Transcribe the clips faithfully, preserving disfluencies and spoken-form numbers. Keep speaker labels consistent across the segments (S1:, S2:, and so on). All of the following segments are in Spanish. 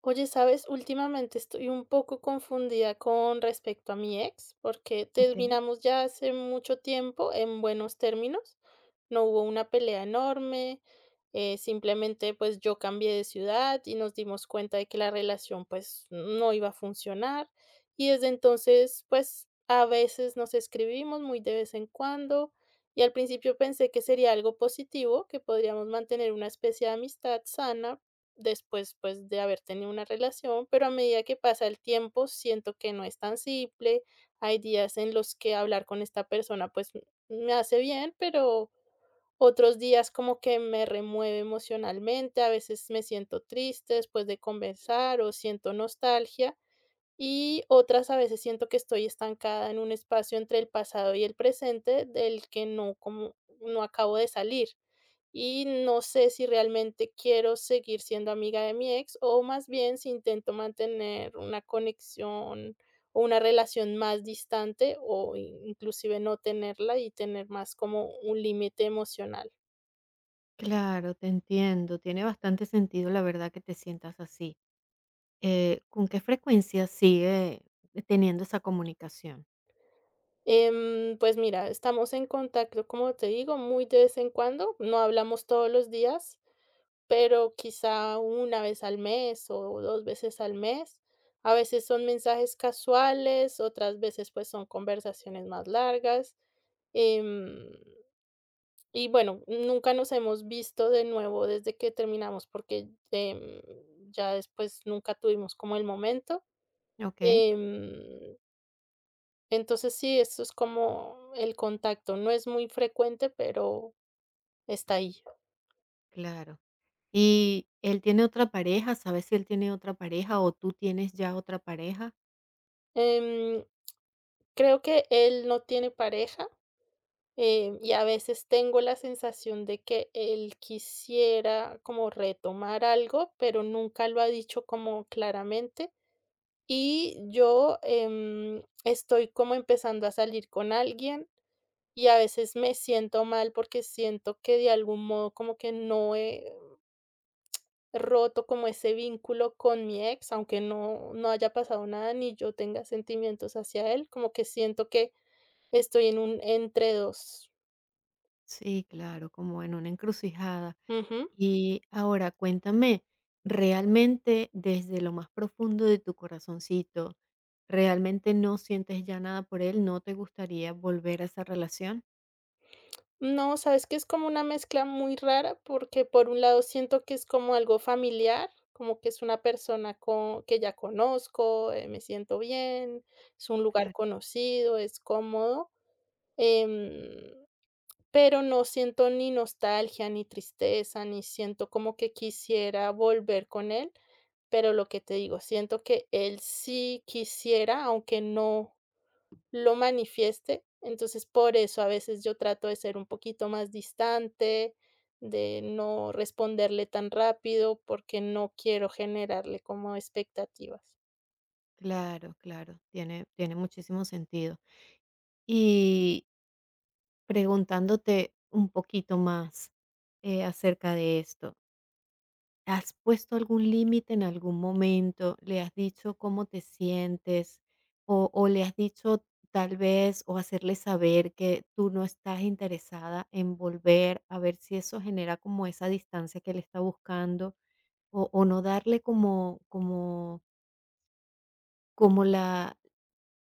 S1: Oye, ¿sabes? Últimamente estoy un poco confundida con respecto a mi ex, porque
S2: Okey.
S1: terminamos ya hace mucho tiempo en buenos términos. No hubo una pelea enorme, eh, simplemente pues yo cambié de ciudad y nos dimos cuenta de que la relación pues no iba a funcionar. Y desde entonces pues a veces nos escribimos muy de vez en cuando y al principio pensé que sería algo positivo, que podríamos mantener una especie de amistad sana, después, pues, de haber tenido una relación, pero a medida que pasa el tiempo, siento que no es tan simple. Hay días en los que hablar con esta persona, pues, m- me hace bien, pero otros días como que me remueve emocionalmente, a veces me siento triste después de conversar o siento nostalgia. Y otras a veces siento que estoy estancada en un espacio entre el pasado y el presente del que no como no acabo de salir. Y no sé si realmente quiero seguir siendo amiga de mi ex o más bien si intento mantener una conexión o una relación más distante o in- inclusive no tenerla y tener más como un límite emocional.
S2: Claro, te entiendo. Tiene bastante sentido, la verdad, que te sientas así. Eh, ¿con qué frecuencia sigue teniendo esa comunicación?
S1: Em, pues mira, estamos en contacto, como te digo, muy de vez en cuando, no hablamos todos los días, pero quizá una vez al mes o dos veces al mes. A veces son mensajes casuales, otras veces pues son conversaciones más largas. Em, y bueno, nunca nos hemos visto de nuevo desde que terminamos porque em, ya después nunca tuvimos como el momento.
S2: Okey,
S1: Em, entonces sí, eso es como el contacto. No es muy frecuente, pero está ahí.
S2: claro. ¿Y él tiene otra pareja? ¿Sabes si él tiene otra pareja o tú tienes ya otra pareja?
S1: Em, Creo que él no tiene pareja. Em, y a veces tengo la sensación de que él quisiera como retomar algo, pero nunca lo ha dicho como claramente. Y yo em, estoy como empezando a salir con alguien y a veces me siento mal porque siento que de algún modo como que no he roto como ese vínculo con mi ex, aunque no, no haya pasado nada ni yo tenga sentimientos hacia él, como que siento que estoy en un entre dos.
S2: Sí, claro, como en una encrucijada.
S1: Ujú.
S2: Y ahora cuéntame, realmente, desde lo más profundo de tu corazoncito, ¿realmente no sientes ya nada por él? ¿No te gustaría volver a esa relación?
S1: No, ¿sabes que es como una mezcla muy rara? Porque por un lado siento que es como algo familiar, como que es una persona co que ya conozco, eh, me siento bien, es un lugar
S2: Claro.
S1: conocido, es cómodo, em, pero no siento ni nostalgia, ni tristeza, ni siento como que quisiera volver con él, pero lo que te digo, siento que él sí quisiera, aunque no lo manifieste. Entonces, por eso a veces yo trato de ser un poquito más distante, de no responderle tan rápido, porque no quiero generarle como expectativas.
S2: Claro, claro, tiene, tiene muchísimo sentido. Y preguntándote un poquito más, eh, acerca de esto, ¿has puesto algún límite en algún momento? ¿Le has dicho cómo te sientes? ¿O, o le has dicho tal vez? O hacerle saber que tú no estás interesada en volver, a ver si eso genera como esa distancia que él está buscando o, o no darle como, como como la,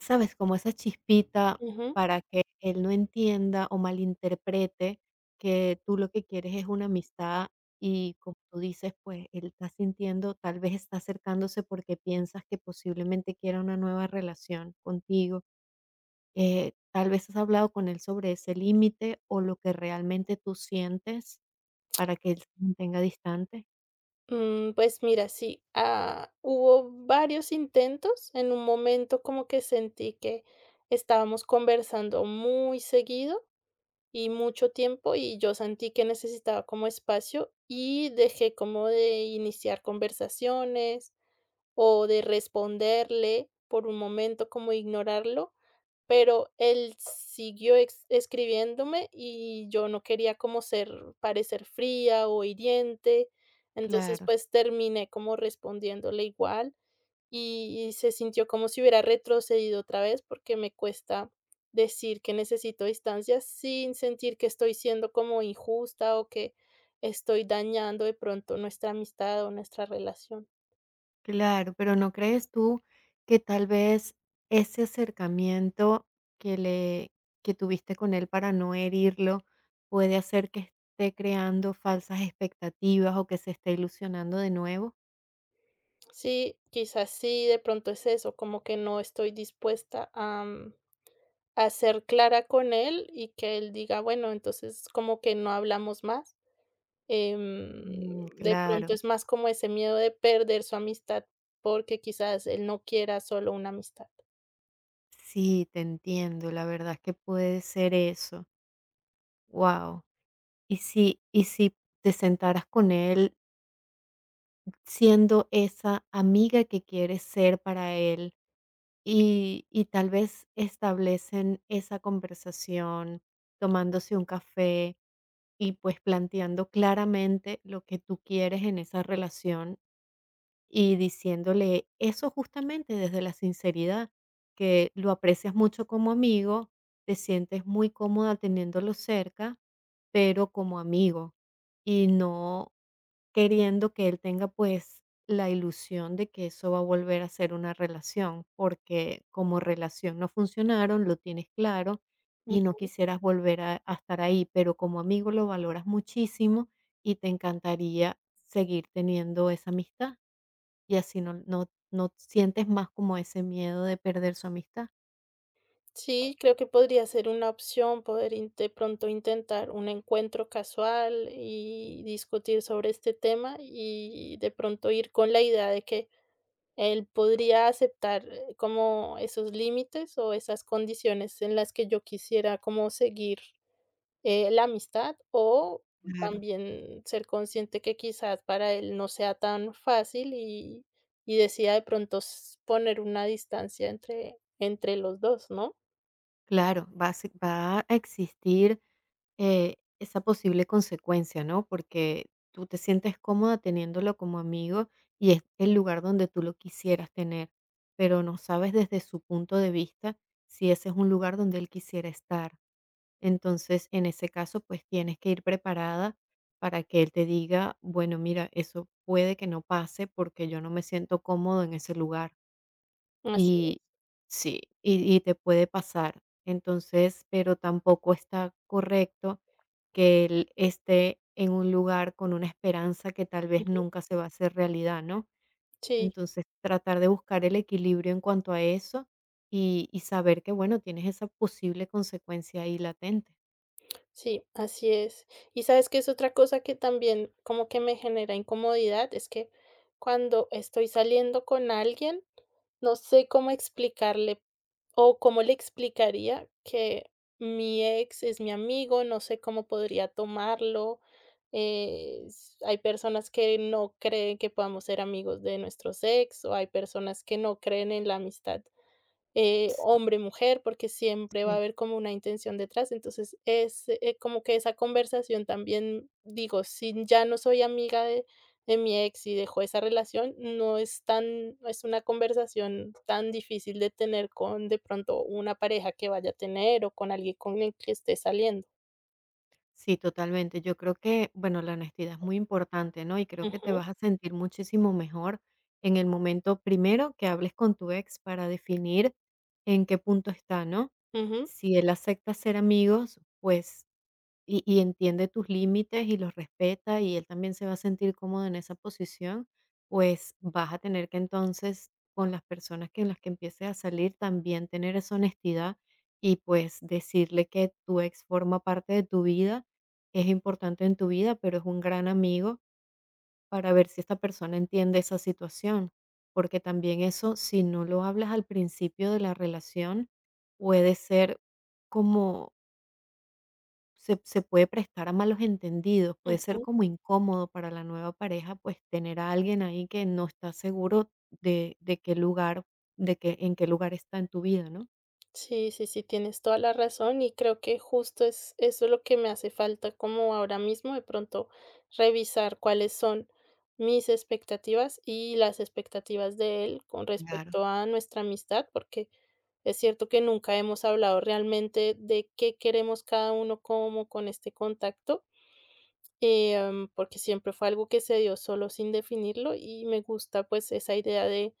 S2: ¿sabes? Como esa chispita,
S1: Ujú.
S2: para que él no entienda o malinterprete que tú lo que quieres es una amistad y, como tú dices, pues él está sintiendo, tal vez está acercándose porque piensas que posiblemente quiera una nueva relación contigo. Eh, tal vez has hablado con él sobre ese límite o lo que realmente tú sientes para que él se mantenga distante.
S1: Mm, pues mira, sí, ah, hubo varios intentos. En un momento como que sentí que estábamos conversando muy seguido y mucho tiempo y yo sentí que necesitaba como espacio y dejé como de iniciar conversaciones. O de responderle por un momento, como ignorarlo, pero él siguió ex escribiéndome y yo no quería como ser parecer fría o hiriente, entonces,
S2: Claro.
S1: pues, terminé como respondiéndole igual y y se sintió como si hubiera retrocedido otra vez, porque me cuesta decir que necesito distancia sin sentir que estoy siendo como injusta o que estoy dañando de pronto nuestra amistad o nuestra relación.
S2: Claro, pero ¿no crees tú que tal vez ese acercamiento que le que tuviste con él para no herirlo puede hacer que esté creando falsas expectativas o que se esté ilusionando de nuevo?
S1: Sí, quizás sí, de pronto es eso, como que no estoy dispuesta a, mm, a ser clara con él y que él diga, bueno, entonces como que no hablamos más. Em,
S2: Mm,
S1: de
S2: claro.
S1: pronto es más como ese miedo de perder su amistad porque quizás él no quiera solo una amistad.
S2: Sí, te entiendo, la verdad es que puede ser eso. Wow. Y si y si te sentaras con él siendo esa amiga que quieres ser para él. Y y tal vez establecen esa conversación, tomándose un café y, pues, planteando claramente lo que tú quieres en esa relación y diciéndole eso justamente desde la sinceridad, que lo aprecias mucho como amigo, te sientes muy cómoda teniéndolo cerca, pero como amigo, y no queriendo que él tenga pues la ilusión de que eso va a volver a ser una relación, porque como relación no funcionaron, lo tienes claro y no
S1: Ujú.
S2: quisieras volver a, a estar ahí, pero como amigo lo valoras muchísimo y te encantaría seguir teniendo esa amistad. Y así no no no sientes más como ese miedo de perder su amistad.
S1: Sí, creo que podría ser una opción poder in- de pronto intentar un encuentro casual y discutir sobre este tema y de pronto ir con la idea de que él podría aceptar eh, como esos límites o esas condiciones en las que yo quisiera como seguir, eh, la amistad o
S2: Claro.
S1: también ser consciente que quizás para él no sea tan fácil y y decida de pronto s poner una distancia entre entre los dos, ¿no?
S2: Claro, va a se va a existir, eh, esa posible consecuencia, ¿no? Porque tú te sientes cómoda teniéndolo como amigo y es el lugar donde tú lo quisieras tener, pero no sabes desde su punto de vista si ese es un lugar donde él quisiera estar. Entonces, en ese caso, pues tienes que ir preparada para que él te diga, bueno, mira, eso puede que no pase porque yo no me siento cómodo en ese lugar.
S1: Así es,
S2: Y sí, y, y te puede pasar. Entonces, pero tampoco está correcto que él esté en un lugar con una esperanza que tal vez nunca se va a hacer realidad, ¿no?
S1: sí.
S2: Entonces, tratar de buscar el equilibrio en cuanto a eso y, y saber que, bueno, tienes esa posible consecuencia ahí latente.
S1: Sí, así es. Y sabes que es otra cosa que también como que me genera incomodidad, es que cuando estoy saliendo con alguien, no sé cómo explicarle o cómo le explicaría que mi ex es mi amigo, no sé cómo podría tomarlo. Eh, s- hay personas que no creen que podamos ser amigos de nuestros ex o hay personas que no creen en la amistad eh,
S2: Sí.
S1: hombre, mujer, porque siempre va a haber como una intención detrás. Entonces, es eh, como que esa conversación también, digo, si ya no soy amiga de, de mi ex y dejó esa relación, no es tan, no es una conversación tan difícil de tener con de pronto una pareja que vaya a tener o con alguien con el que esté saliendo.
S2: Sí, totalmente. Yo creo que, bueno, la honestidad es muy importante, ¿no? Y creo que te
S1: Ujú,
S2: vas a sentir muchísimo mejor en el momento primero que hables con tu ex para definir en qué punto está, ¿no?
S1: ujú,
S2: Si él acepta ser amigos, pues y y entiende tus límites y los respeta, y él también se va a sentir cómodo en esa posición, pues, vas a tener que entonces, con las personas que en las que empieces a salir, también tener esa honestidad y, pues, decirle que tu ex forma parte de tu vida, es importante en tu vida, pero es un gran amigo, para ver si esta persona entiende esa situación. Porque también eso, si no lo hablas al principio de la relación, puede ser como se, se puede prestar a malos entendidos, puede ser
S1: ujú.
S2: como incómodo para la nueva pareja, pues tener a alguien ahí que no está seguro de, de qué lugar, de qué, en qué lugar está en tu vida, ¿no?
S1: Sí, sí, sí, tienes toda la razón y creo que justo es eso es lo que me hace falta como ahora mismo de pronto revisar cuáles son mis expectativas y las expectativas de él con
S2: Claro.
S1: respecto a nuestra amistad, porque es cierto que nunca hemos hablado realmente de qué queremos cada uno como con este contacto, eh, em, porque siempre fue algo que se dio solo sin definirlo y me gusta pues esa idea de,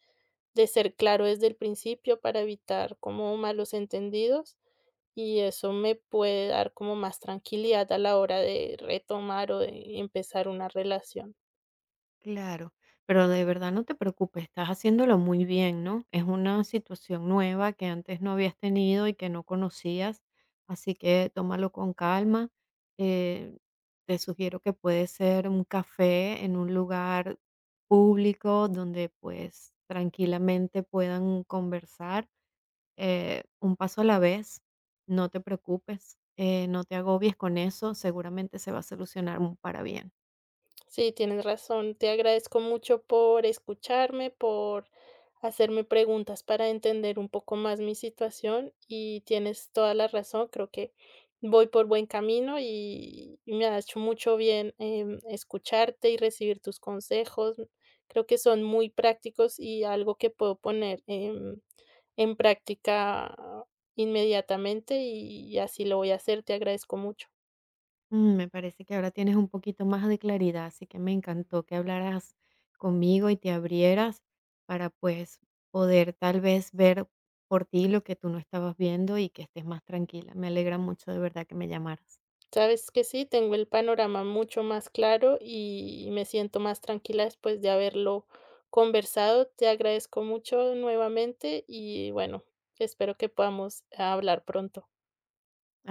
S1: de ser claro desde el principio para evitar como malos entendidos. Y eso me puede dar como más tranquilidad a la hora de retomar o de empezar una relación.
S2: Claro, pero de verdad no te preocupes, estás haciéndolo muy bien, ¿no? Es una situación nueva que antes no habías tenido y que no conocías, así que tómalo con calma. Eh, Te sugiero que puede ser un café en un lugar público donde pues tranquilamente puedan conversar, eh, un paso a la vez. No te preocupes, eh, no te agobies con eso, seguramente se va a solucionar para bien.
S1: Sí, tienes razón. Te agradezco mucho por escucharme, por hacerme preguntas para entender un poco más mi situación y tienes toda la razón. Creo que voy por buen camino y y me ha hecho mucho bien, em, escucharte y recibir tus consejos. Creo que son muy prácticos y algo que puedo poner, em, en práctica inmediatamente y así lo voy a hacer. Te agradezco mucho.
S2: Mm, me parece que ahora tienes un poquito más de claridad, así que me encantó que hablaras conmigo y te abrieras para, pues, poder tal vez ver por ti lo que tú no estabas viendo y que estés más tranquila. Me alegra mucho de verdad que me llamaras.
S1: Sabes que sí, tengo el panorama mucho más claro y me siento más tranquila después de haberlo conversado. Te agradezco mucho nuevamente y bueno, espero que podamos hablar pronto.